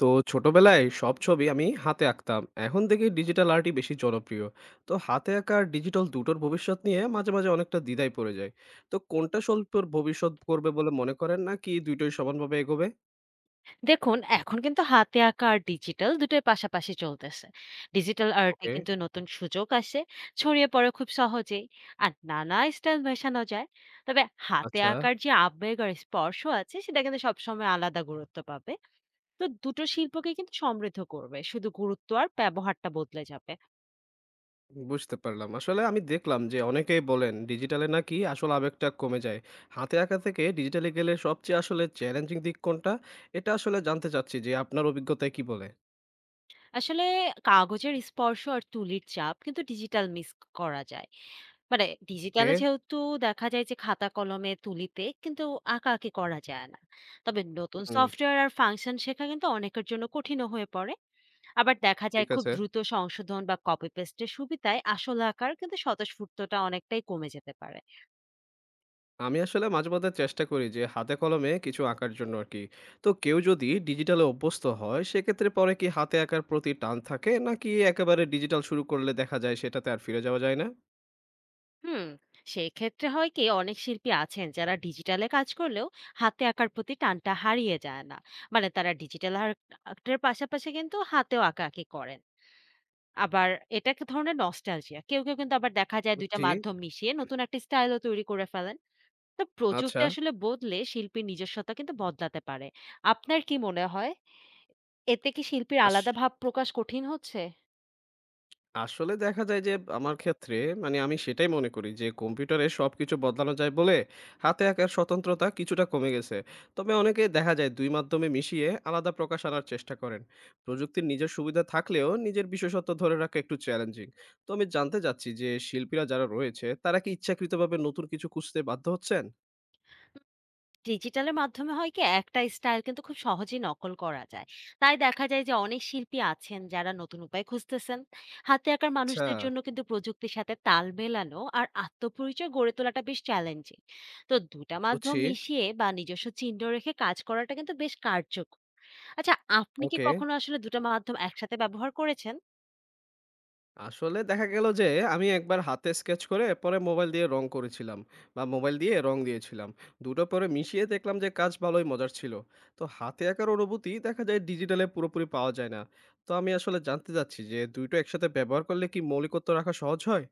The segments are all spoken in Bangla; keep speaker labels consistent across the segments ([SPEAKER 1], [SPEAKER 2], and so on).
[SPEAKER 1] তো ছোটবেলায় সব ছবি আমি হাতে আঁকতাম, এখন দেখি ডিজিটাল আর্টই বেশি জনপ্রিয়। তো হাতে আঁকা আর ডিজিটাল দুটোর ভবিষ্যৎ নিয়ে মাঝে মাঝে অনেকটা দ্বিধায় পড়ে যায়। তো কোনটা শিল্পের ভবিষ্যৎ করবে বলে মনে করেন, না কি দুটোই সমানভাবে এগোবে?
[SPEAKER 2] দেখুন, এখন কিন্তু হাতে আঁকা আর ডিজিটাল দুটোই পাশাপাশি চলতেছে। ডিজিটাল আর্টে
[SPEAKER 1] ওকে।
[SPEAKER 2] কিন্তু নতুন সুযোগ আসে, ছড়িয়ে পড়ে খুব সহজেই। আর নানা স্টাইল মেশানো যায়। তবে হাতে
[SPEAKER 1] আচ্ছা।
[SPEAKER 2] আঁকার যে আবেগ আর স্পর্শ আছে সেটা কিন্তু সবসময় আলাদা গুরুত্ব পাবে। তো দুটো শিল্পকে কিন্তু সমৃদ্ধ করবে। শুধু গুরুত্ব আর ব্যবহারটা বদলে যাবে।
[SPEAKER 1] বুঝতে পারলাম, আসলে আমি দেখলাম যে অনেকেই বলেন ডিজিটালে নাকি আসল আবেগটা কমে যায়। হাতে আঁকা থেকে ডিজিটালে গেলে সবচেয়ে আসলে চ্যালেঞ্জিং দিক কোনটা? এটা আসলে জানতে চাচ্ছি যে আপনার অভিজ্ঞতায় কি বলে।
[SPEAKER 2] আসলে কাগজের স্পর্শ আর তুলির চাপ কিন্তু ডিজিটাল মিস করা যায়। মানে
[SPEAKER 1] ওকে।
[SPEAKER 2] ডিজিটালে যেহেতু দেখা যায় যে খাতা কলমে তুলিতে কিন্তু আঁকাআঁকি করা যায় না। তবে নতুন
[SPEAKER 1] হুম।
[SPEAKER 2] সফটওয়্যার আর ফাংশন শেখা কিন্তু অনেকের জন্য কঠিনও হয়ে পড়ে। আবার দেখা যায়
[SPEAKER 1] ঠিক
[SPEAKER 2] খুব
[SPEAKER 1] আছে।
[SPEAKER 2] দ্রুত সংশোধন বা কপি পেস্টের সুবিধায় আসল আঁকার কিন্তু স্বতঃস্ফূর্ততা অনেকটাই কমে যেতে পারে।
[SPEAKER 1] আমি আসলে মাঝেমধ্যে চেষ্টা করি যে হাতে কলমে কিছু আঁকার জন্য আর কি। তো কেউ যদি ডিজিটালে অভ্যস্ত হয় সেক্ষেত্রে পরে কি হাতে আঁকার প্রতি টান থাকে, নাকি একেবারে ডিজিটাল শুরু করলে দেখা যায় সেটাতে আর ফিরে যাওয়া যায় না?
[SPEAKER 2] হুম, সেই ক্ষেত্রে হয় কি অনেক শিল্পী আছেন যারা ডিজিটালে কাজ করলেও হাতে আঁকার প্রতি টানটা হারিয়ে যায় না। মানে তারা ডিজিটাল আর্টের পাশাপাশি কিন্তু হাতেও আঁকাআঁকি করেন। আবার এটা এক ধরনের নস্টালজিয়া। কেউ, কেউ কিন্তু আবার দেখা যায় ২ টা
[SPEAKER 1] বুঝছি।
[SPEAKER 2] মাধ্যম মিশিয়ে নতুন একটা স্টাইলও তৈরি করে ফেলেন। তো প্রযুক্তি
[SPEAKER 1] আচ্ছা।
[SPEAKER 2] আসলে বদলে শিল্পীর নিজস্বতা কিন্তু বদলাতে পারে। আপনার কি মনে হয়? এতে কি শিল্পীর
[SPEAKER 1] আস
[SPEAKER 2] আলাদা ভাব প্রকাশ কঠিন হচ্ছে?
[SPEAKER 1] আসলে দেখা যায় যে আমার ক্ষেত্রে, মানে আমি সেটাই মনে করি যে কম্পিউটারে সবকিছু বদলানো যায় বলে হাতে আঁকার স্বতন্ত্রতা কিছুটা কমে গেছে। তবে অনেকে দেখা যায় দুই মাধ্যমে মিশিয়ে আলাদা প্রকাশ আনার চেষ্টা করেন। প্রযুক্তির নিজের সুবিধা থাকলেও নিজের বিশেষত্ব ধরে রাখা একটু চ্যালেঞ্জিং। তো আমি জানতে চাচ্ছি যে শিল্পীরা যারা রয়েছে তারা কি ইচ্ছাকৃতভাবে নতুন কিছু খুঁজতে বাধ্য হচ্ছেন?
[SPEAKER 2] ডিজিটালের মাধ্যমে হয় কি একটা স্টাইল কিন্তু খুব সহজেই নকল করা যায়। তাই দেখা যায় যে অনেক শিল্পী আছেন যারা নতুন উপায় খুঁজতেছেন। হাতে আঁকার
[SPEAKER 1] আচ্ছা।
[SPEAKER 2] মানুষদের জন্য কিন্তু প্রযুক্তির সাথে তাল মেলানো আর আত্মপরিচয় গড়ে তোলাটা বেশ চ্যালেঞ্জিং। তো ২ টা মাধ্যম
[SPEAKER 1] বুঝছি।
[SPEAKER 2] মিশিয়ে বা নিজস্ব চিহ্ন রেখে কাজ করাটা কিন্তু বেশ কার্যকর। আচ্ছা, আপনি কি
[SPEAKER 1] ওকে।
[SPEAKER 2] কখনো আসলে ২ টা মাধ্যম একসাথে ব্যবহার করেছেন?
[SPEAKER 1] আসলে দেখা গেল যে আমি একবার হাতে স্কেচ করে পরে মোবাইল দিয়ে রং করেছিলাম, বা মোবাইল দিয়ে রং দিয়েছিলাম। দুটো পরে মিশিয়ে দেখলাম যে কাজ ভালোই মজার ছিল। তো হাতে আঁকার অনুভূতি দেখা যায় ডিজিটালে পুরোপুরি পাওয়া যায় না। তো আমি আসলে জানতে চাচ্ছি যে দুটো একসাথে ব্যবহার করলে কি মৌলিকত্ব রাখা সহজ হয়?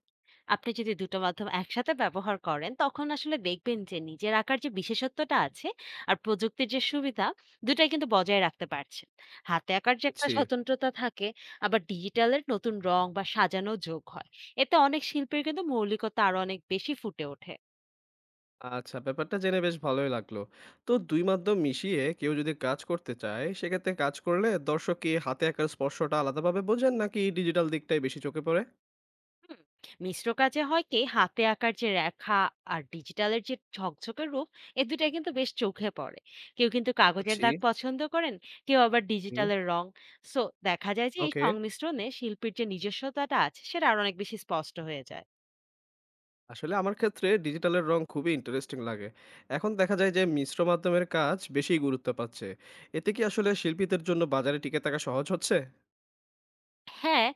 [SPEAKER 2] আপনি যদি দুটো মাধ্যম একসাথে ব্যবহার করেন তখন আসলে দেখবেন যে নিজের আঁকার যে বিশেষত্বটা আছে আর প্রযুক্তির যে সুবিধা দুটাই কিন্তু বজায় রাখতে পারছেন। হাতে আঁকার যে একটা
[SPEAKER 1] বুঝছি।
[SPEAKER 2] স্বতন্ত্রতা থাকে, আবার ডিজিটালের নতুন রং বা সাজানো যোগ হয়, এতে অনেক শিল্পীর কিন্তু মৌলিকতা আরো অনেক বেশি ফুটে ওঠে।
[SPEAKER 1] আচ্ছা, ব্যাপারটা জেনে বেশ ভালোই লাগলো। তো দুই মাধ্যম মিশিয়ে কেউ যদি কাজ করতে চায় সেক্ষেত্রে কাজ করলে দর্শক কি হাতে আঁকার স্পর্শটা আলাদাভাবে বোঝেন, নাকি ডিজিটাল দিকটাই বেশি চোখে পড়ে?
[SPEAKER 2] হুম, মিশ্র কাজে হয় কি হাতে আঁকার যে রেখা আর ডিজিটালের যে ঝকঝকে রূপ, এ দুটা কিন্তু বেশ চোখে পড়ে। কেউ কিন্তু কাগজের
[SPEAKER 1] বুঝছি।
[SPEAKER 2] দাগ পছন্দ করেন, কেউ আবার
[SPEAKER 1] হুম।
[SPEAKER 2] ডিজিটালের রং। সো দেখা যায় যে এই
[SPEAKER 1] ওকে।
[SPEAKER 2] সংমিশ্রণে শিল্পীর যে নিজস্বতাটা আছে সেটা আরো অনেক বেশি স্পষ্ট হয়ে যায়।
[SPEAKER 1] আসলে আমার ক্ষেত্রে ডিজিটালের রং খুবই ইন্টারেস্টিং লাগে। এখন দেখা যায় যে মিশ্র মাধ্যমের কাজ বেশি গুরুত্ব পাচ্ছে। এতে কি আসলে শিল্পীদের জন্য বাজারে টিকে থাকা সহজ হচ্ছে?
[SPEAKER 2] হ্যাঁ,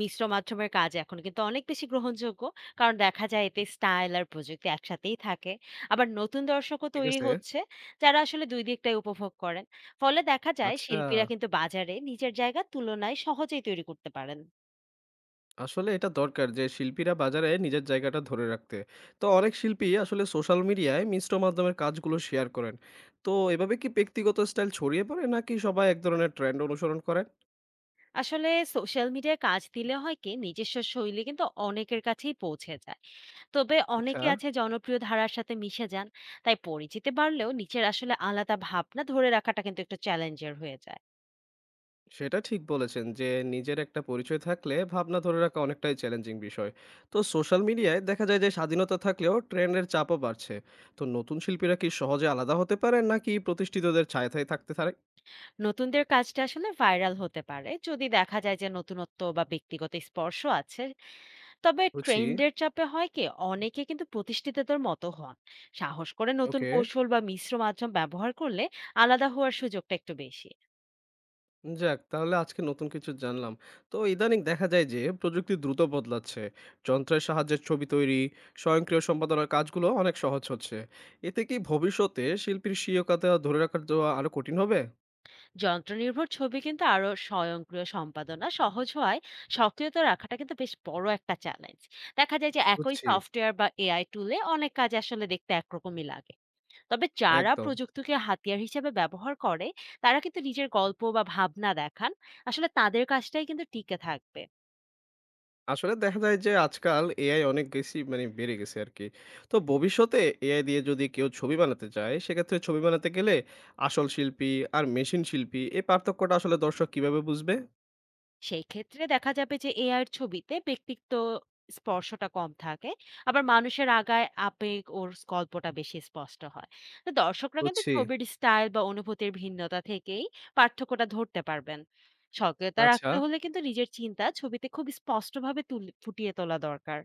[SPEAKER 2] মিশ্র মাধ্যমের কাজ এখন কিন্তু অনেক বেশি গ্রহণযোগ্য। কারণ দেখা যায় এতে স্টাইল আর প্রযুক্তি একসাথেই থাকে। আবার নতুন দর্শকও
[SPEAKER 1] ঠিক
[SPEAKER 2] তৈরি
[SPEAKER 1] আছে।
[SPEAKER 2] হচ্ছে, যারা আসলে ২ দিকটাই উপভোগ করেন। ফলে দেখা যায়
[SPEAKER 1] আচ্ছা,
[SPEAKER 2] শিল্পীরা কিন্তু বাজারে নিজের জায়গার তুলনায় সহজেই তৈরি করতে পারেন।
[SPEAKER 1] আসলে এটা দরকার যে শিল্পীরা বাজারে নিজের জায়গাটা ধরে রাখতে। তো অনেক শিল্পী আসলে সোশ্যাল মিডিয়ায় মিশ্র মাধ্যমের কাজগুলো শেয়ার করেন। তো এভাবে কি ব্যক্তিগত স্টাইল ছড়িয়ে পড়ে, নাকি সবাই এক ধরনের ট্রেন্ড অনুসরণ করেন?
[SPEAKER 2] আসলে সোশ্যাল মিডিয়ায় কাজ দিলে হয় কি নিজস্ব শৈলী কিন্তু অনেকের কাছেই পৌঁছে যায়। তবে
[SPEAKER 1] আচ্ছা।
[SPEAKER 2] অনেকে আছে জনপ্রিয় ধারার সাথে মিশে যান। তাই পরিচিতি বাড়লেও নিচের আসলে আলাদা ভাবনা ধরে রাখাটা কিন্তু একটু চ্যালেঞ্জের হয়ে যায়।
[SPEAKER 1] সেটা ঠিক বলেছেন যে নিজের একটা পরিচয় থাকলে ভাবনা ধরে রাখা অনেকটাই চ্যালেঞ্জিং বিষয়। তো সোশ্যাল মিডিয়ায় দেখা যায় যে স্বাধীনতা থাকলেও ট্রেন্ডের চাপও বাড়ছে। তো নতুন শিল্পীরা কি সহজে আলাদা হতে পারেন, নাকি প্রতিষ্ঠিতদের ছায়ায় থাকতে থাকে?
[SPEAKER 2] নতুনদের কাজটা আসলে ভাইরাল হতে পারে যদি দেখা যায় যে নতুনত্ব বা ব্যক্তিগত স্পর্শ আছে। তবে
[SPEAKER 1] বুঝি।
[SPEAKER 2] ট্রেন্ডের চাপে হয় কি অনেকে কিন্তু প্রতিষ্ঠিতদের মতো হন। সাহস করে নতুন
[SPEAKER 1] ওকে।
[SPEAKER 2] কৌশল বা মিশ্র মাধ্যম ব্যবহার করলে আলাদা হওয়ার সুযোগটা একটু বেশি।
[SPEAKER 1] যাক, তাহলে আজকে নতুন কিছু জানলাম। তো ইদানিং দেখা যায় যে প্রযুক্তি দ্রুত বদলাচ্ছে, যন্ত্রের সাহায্যে ছবি তৈরি, স্বয়ংক্রিয় সম্পাদনার কাজগুলো অনেক সহজ হচ্ছে। এতে কি ভবিষ্যতে শিল্পীর স্বীয়তা ধরে রাখার দেওয়া আরো কঠিন হবে?
[SPEAKER 2] যন্ত্রনির্ভর ছবি কিন্তু আরো স্বয়ংক্রিয় সম্পাদনা সহজ হওয়ায় সক্রিয়তা রাখাটা কিন্তু বেশ বড় একটা চ্যালেঞ্জ। দেখা যায় যে একই
[SPEAKER 1] বুঝছি।
[SPEAKER 2] সফটওয়্যার বা এআই টুলে অনেক কাজ আসলে দেখতে একরকমই লাগে। তবে যারা
[SPEAKER 1] একদম।
[SPEAKER 2] প্রযুক্তিকে হাতিয়ার হিসেবে ব্যবহার করে তারা কিন্তু নিজের গল্প বা ভাবনা দেখান। আসলে তাদের কাজটাই কিন্তু টিকে থাকবে।
[SPEAKER 1] আসলে দেখা যায় যে আজকাল এআই অনেক বেশি মানে বেড়ে গেছে আরকি। তো ভবিষ্যতে এআই দিয়ে যদি কেউ ছবি বানাতে চায়, সেক্ষেত্রে ছবি বানাতে গেলে আসল শিল্পী আর মেশিন শিল্পী এই পার্থক্যটা আসলে দর্শক কিভাবে বুঝবে?
[SPEAKER 2] সেই ক্ষেত্রে দেখা যাবে যে এআইয়ের ছবিতে ব্যক্তিত্ব, স্পর্শটা কম থাকে। আবার মানুষের আগায় আবেগ ওর গল্পটা বেশি স্পষ্ট হয়। তো দর্শকরা কিন্তু
[SPEAKER 1] বুঝছি।
[SPEAKER 2] ছবির স্টাইল বা অনুভূতির ভিন্নতা থেকেই পার্থক্যটা ধরতে পারবেন। সক্রিয়তা
[SPEAKER 1] আচ্ছা।
[SPEAKER 2] রাখতে হলে কিন্তু নিজের চিন্তা ছবিতে খুব স্পষ্টভাবে তুলে ফুটিয়ে তোলা দরকার।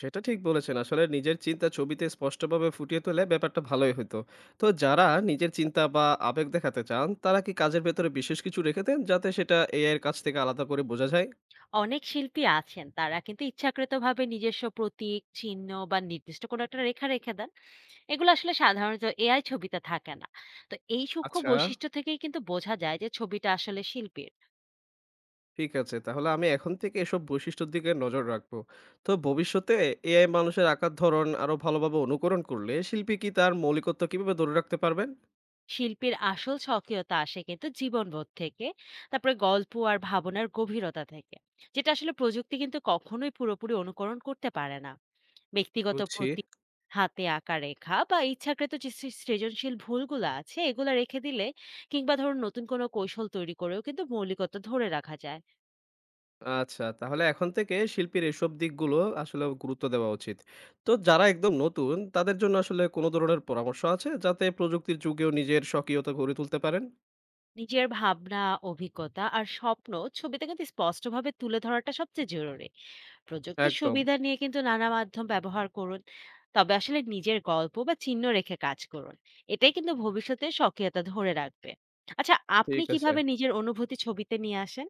[SPEAKER 1] সেটা ঠিক বলেছেন। আসলে নিজের চিন্তা ছবিতে স্পষ্টভাবে ফুটিয়ে তুললে ব্যাপারটা ভালোই হইতো। তো যারা নিজের চিন্তা বা আবেগ দেখাতে চান, তারা কি কাজের ভেতরে বিশেষ কিছু রেখে দেন, যাতে সেটা এআই এর কাছ থেকে আলাদা করে বোঝা যায়?
[SPEAKER 2] অনেক শিল্পী আছেন তারা কিন্তু ইচ্ছাকৃতভাবে নিজস্ব প্রতীক চিহ্ন বা নির্দিষ্ট কোনো একটা রেখা রেখে দেন। এগুলো আসলে সাধারণত এআই ছবিতে থাকে না। তো এই সূক্ষ্ম
[SPEAKER 1] আচ্ছা।
[SPEAKER 2] বৈশিষ্ট্য থেকেই কিন্তু বোঝা যায় যে ছবিটা আসলে শিল্পীর।
[SPEAKER 1] ঠিক আছে। তাহলে আমি এখন থেকে এসব বৈশিষ্ট্যের দিকে নজর রাখবো। তো ভবিষ্যতে এআই মানুষের আঁকার ধরন আরো ভালোভাবে অনুকরণ করলে শিল্পী কি তার মৌলিকত্ব কিভাবে ধরে রাখতে পারবেন?
[SPEAKER 2] শিল্পীর আসল স্বকীয়তা আসে কিন্তু জীবনবোধ থেকে, তারপরে গল্প আর ভাবনার গভীরতা থেকে, যেটা আসলে প্রযুক্তি কিন্তু কখনোই পুরোপুরি অনুকরণ করতে পারে না। ব্যক্তিগত
[SPEAKER 1] বুঝছি।
[SPEAKER 2] প্রতি হাতে আঁকা রেখা বা ইচ্ছাকৃত যে সৃজনশীল ভুলগুলো আছে এগুলো রেখে দিলে কিংবা ধরুন নতুন কোনো কৌশল তৈরি করেও কিন্তু মৌলিকতা ধরে রাখা যায়।
[SPEAKER 1] আচ্ছা, তাহলে এখন থেকে শিল্পীর এসব দিকগুলো আসলে গুরুত্ব দেওয়া উচিত। তো যারা একদম নতুন তাদের জন্য আসলে কোনো ধরনের পরামর্শ আছে যাতে প্রযুক্তির যুগেও নিজের স্বকীয়তা গড়ে তুলতে পারেন?
[SPEAKER 2] নিজের ভাবনা, অভিজ্ঞতা আর স্বপ্ন ছবিতে কিন্তু স্পষ্টভাবে তুলে ধরাটা সবচেয়ে জরুরি। প্রযুক্তির
[SPEAKER 1] একদম।
[SPEAKER 2] সুবিধা নিয়ে কিন্তু নানা মাধ্যম ব্যবহার করুন। তবে আসলে নিজের গল্প বা চিহ্ন রেখে কাজ করুন। এটাই কিন্তু ভবিষ্যতে স্বকীয়তা ধরে রাখবে। আচ্ছা, আপনি
[SPEAKER 1] ঠিক আছে।
[SPEAKER 2] কিভাবে নিজের অনুভূতি ছবিতে নিয়ে আসেন?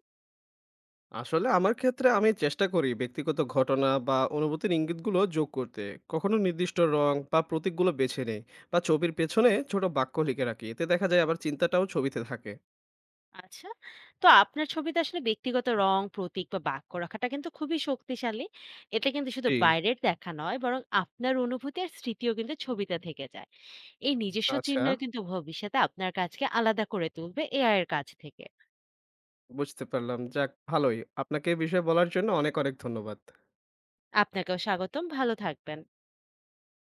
[SPEAKER 1] আসলে আমার ক্ষেত্রে আমি চেষ্টা করি ব্যক্তিগত ঘটনা বা অনুভূতির ইঙ্গিতগুলো যোগ করতে, কখনো নির্দিষ্ট রং বা প্রতীকগুলো বেছে নেই, বা ছবির পেছনে ছোট বাক্য লিখে রাখি, এতে দেখা যায় আবার চিন্তাটাও ছবিতে থাকে।
[SPEAKER 2] আচ্ছা। তো আপনার ছবিতে আসলে ব্যক্তিগত রং, প্রতীক বা বাক্য রাখাটা কিন্তু খুবই শক্তিশালী। এটা কিন্তু শুধু
[SPEAKER 1] জি।
[SPEAKER 2] বাইরের দেখা নয়, বরং আপনার অনুভূতি আর স্মৃতিও কিন্তু ছবিতে থেকে যায়। এই নিজস্ব
[SPEAKER 1] আচ্ছা,
[SPEAKER 2] চিহ্নই কিন্তু ভবিষ্যতে আপনার কাজকে আলাদা করে তুলবে এআই এর কাছ থেকে।
[SPEAKER 1] বুঝতে পারলাম। যাক ভালোই, আপনাকে এই বিষয়ে বলার জন্য অনেক অনেক ধন্যবাদ।
[SPEAKER 2] আপনাকেও স্বাগতম। ভালো থাকবেন।